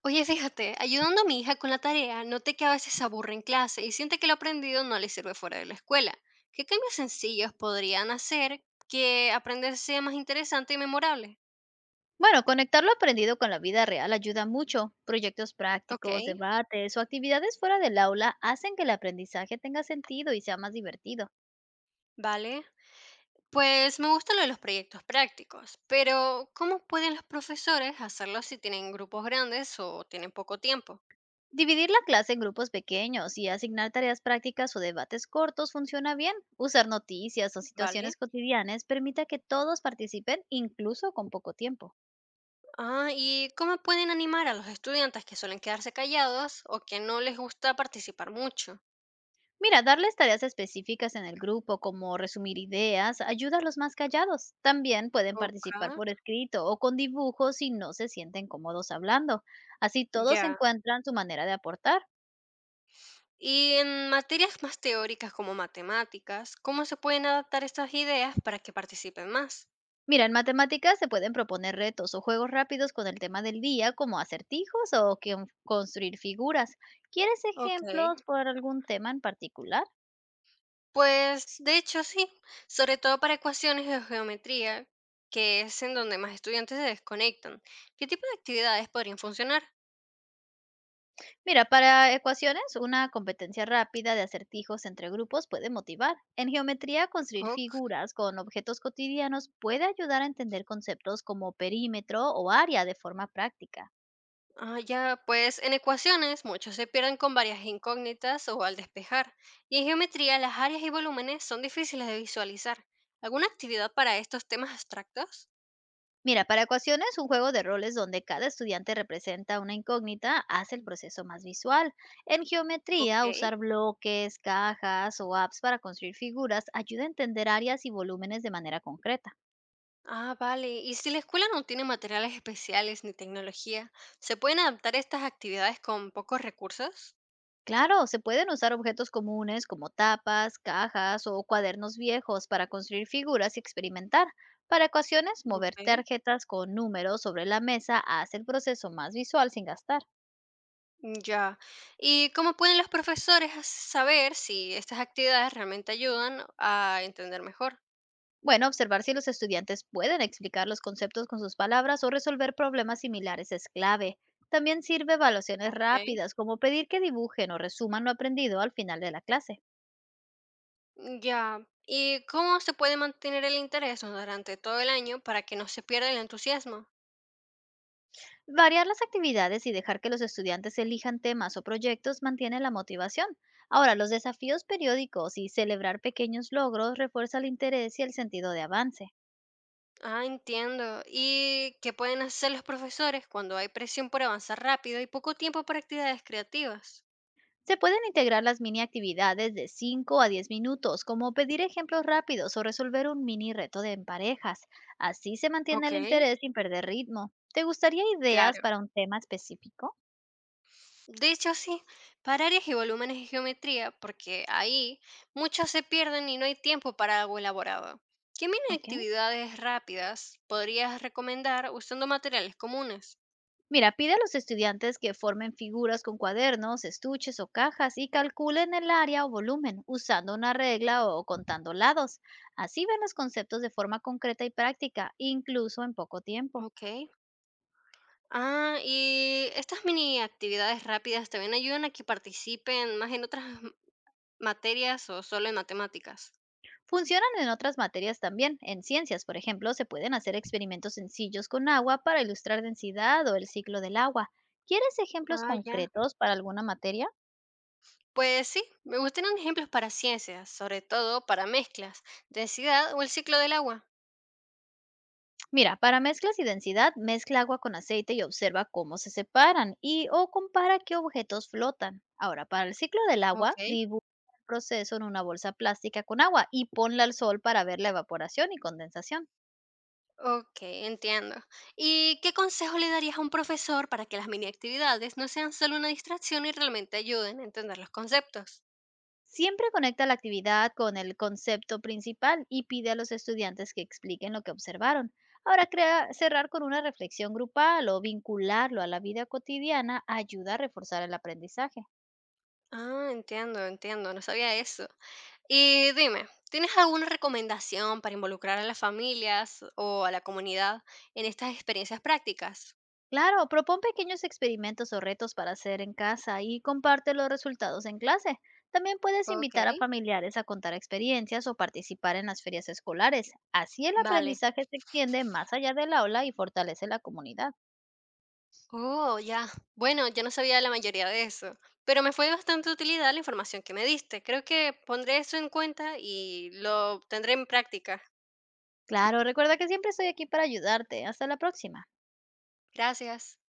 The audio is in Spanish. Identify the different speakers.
Speaker 1: Oye, fíjate, ayudando a mi hija con la tarea, noté que a veces se aburre en clase y siente que lo aprendido no le sirve fuera de la escuela. ¿Qué cambios sencillos podrían hacer que aprender sea más interesante y memorable?
Speaker 2: Bueno, conectar lo aprendido con la vida real ayuda mucho. Proyectos
Speaker 1: Ok,
Speaker 2: prácticos, debates o actividades fuera del aula hacen que el aprendizaje tenga sentido y sea más divertido.
Speaker 1: vale. Pues me gusta lo de los proyectos prácticos, pero ¿cómo pueden los profesores hacerlo si tienen grupos grandes o tienen poco tiempo?
Speaker 2: Dividir la clase en grupos pequeños y asignar tareas prácticas o debates cortos funciona bien. Usar noticias o
Speaker 1: Vale.
Speaker 2: situaciones cotidianas permite que todos participen incluso con poco tiempo.
Speaker 1: Ah, ¿y cómo pueden animar a los estudiantes que suelen quedarse callados o que no les gusta participar mucho?
Speaker 2: Mira, darles tareas específicas en el grupo, como resumir ideas, ayuda a los más callados. También pueden
Speaker 1: Ok,
Speaker 2: participar por escrito o con dibujos si no se sienten cómodos hablando. Así todos
Speaker 1: ya.
Speaker 2: encuentran su manera de aportar.
Speaker 1: Y en materias más teóricas como matemáticas, ¿cómo se pueden adaptar estas ideas para que participen más?
Speaker 2: Mira, en matemáticas se pueden proponer retos o juegos rápidos con el tema del día, como acertijos o construir figuras. ¿Quieres
Speaker 1: Ok.
Speaker 2: ejemplos por algún tema en particular?
Speaker 1: Pues de hecho sí, sobre todo para ecuaciones de geometría, que es en donde más estudiantes se desconectan. ¿Qué tipo de actividades podrían funcionar?
Speaker 2: Mira, para ecuaciones, una competencia rápida de acertijos entre grupos puede motivar. En geometría, construir
Speaker 1: Ok.
Speaker 2: figuras con objetos cotidianos puede ayudar a entender conceptos como perímetro o área de forma práctica.
Speaker 1: Ah, ya, pues en ecuaciones muchos se pierden con varias incógnitas o al despejar, y en geometría las áreas y volúmenes son difíciles de visualizar. ¿Alguna actividad para estos temas abstractos?
Speaker 2: Mira, para ecuaciones, un juego de roles donde cada estudiante representa una incógnita hace el proceso más visual. En geometría,
Speaker 1: Ok.
Speaker 2: usar bloques, cajas o apps para construir figuras ayuda a entender áreas y volúmenes de manera concreta.
Speaker 1: Ah, vale. ¿Y si la escuela no tiene materiales especiales ni tecnología, se pueden adaptar estas actividades con pocos recursos?
Speaker 2: Claro, se pueden usar objetos comunes como tapas, cajas o cuadernos viejos para construir figuras y experimentar. Para ecuaciones, mover
Speaker 1: Ok.
Speaker 2: tarjetas con números sobre la mesa hace el proceso más visual sin gastar.
Speaker 1: Ya. ¿Y cómo pueden los profesores saber si estas actividades realmente ayudan a entender mejor?
Speaker 2: Bueno, observar si los estudiantes pueden explicar los conceptos con sus palabras o resolver problemas similares es clave. También sirve evaluaciones
Speaker 1: Ok.
Speaker 2: rápidas, como pedir que dibujen o resuman lo aprendido al final de la clase.
Speaker 1: Ya. ¿Y cómo se puede mantener el interés durante todo el año para que no se pierda el entusiasmo?
Speaker 2: Variar las actividades y dejar que los estudiantes elijan temas o proyectos mantiene la motivación. Ahora, los desafíos periódicos y celebrar pequeños logros refuerza el interés y el sentido de avance.
Speaker 1: Ah, entiendo. ¿Y qué pueden hacer los profesores cuando hay presión por avanzar rápido y poco tiempo para actividades creativas?
Speaker 2: Se pueden integrar las mini actividades de 5 a 10 minutos, como pedir ejemplos rápidos o resolver un mini reto de en parejas. Así se mantiene
Speaker 1: Ok.
Speaker 2: el interés sin perder ritmo. ¿Te gustaría ideas
Speaker 1: Claro.
Speaker 2: para un tema específico?
Speaker 1: De hecho, sí, para áreas y volúmenes de geometría, porque ahí muchos se pierden y no hay tiempo para algo elaborado. ¿Qué mini
Speaker 2: Ok.
Speaker 1: actividades rápidas podrías recomendar usando materiales comunes?
Speaker 2: Mira, pide a los estudiantes que formen figuras con cuadernos, estuches o cajas y calculen el área o volumen usando una regla o contando lados. Así ven los conceptos de forma concreta y práctica, incluso en poco tiempo.
Speaker 1: Ok. Ah, y estas mini actividades rápidas también ayudan a que participen más en otras materias o solo en matemáticas.
Speaker 2: Funcionan en otras materias también. En ciencias, por ejemplo, se pueden hacer experimentos sencillos con agua para ilustrar densidad o el ciclo del agua. ¿Quieres ejemplos
Speaker 1: Ah, ya.
Speaker 2: concretos para alguna materia?
Speaker 1: Pues sí, me gustarían ejemplos para ciencias, sobre todo para mezclas, densidad o el ciclo del agua.
Speaker 2: Mira, para mezclas y densidad, mezcla agua con aceite y observa cómo se separan y o compara qué objetos flotan. Ahora, para el ciclo del
Speaker 1: Ok.
Speaker 2: agua, dibuja el proceso en una bolsa plástica con agua y ponla al sol para ver la evaporación y condensación.
Speaker 1: Okey, entiendo. ¿Y qué consejo le darías a un profesor para que las mini actividades no sean solo una distracción y realmente ayuden a entender los conceptos?
Speaker 2: Siempre conecta la actividad con el concepto principal y pide a los estudiantes que expliquen lo que observaron. Ahora, cerrar con una reflexión grupal o vincularlo a la vida cotidiana ayuda a reforzar el aprendizaje.
Speaker 1: Ah, entiendo, entiendo, no sabía eso. Y dime, ¿tienes alguna recomendación para involucrar a las familias o a la comunidad en estas experiencias prácticas?
Speaker 2: Claro, propón pequeños experimentos o retos para hacer en casa y comparte los resultados en clase. También puedes invitar a
Speaker 1: Okey,
Speaker 2: familiares a contar experiencias o participar en las ferias escolares. Así el
Speaker 1: vale.
Speaker 2: aprendizaje se extiende más allá del aula y fortalece la comunidad.
Speaker 1: Oh, ya. Bueno, yo no sabía la mayoría de eso, pero me fue de bastante utilidad la información que me diste. Creo que pondré eso en cuenta y lo tendré en práctica.
Speaker 2: Claro, recuerda que siempre estoy aquí para ayudarte. Hasta la próxima.
Speaker 1: Gracias.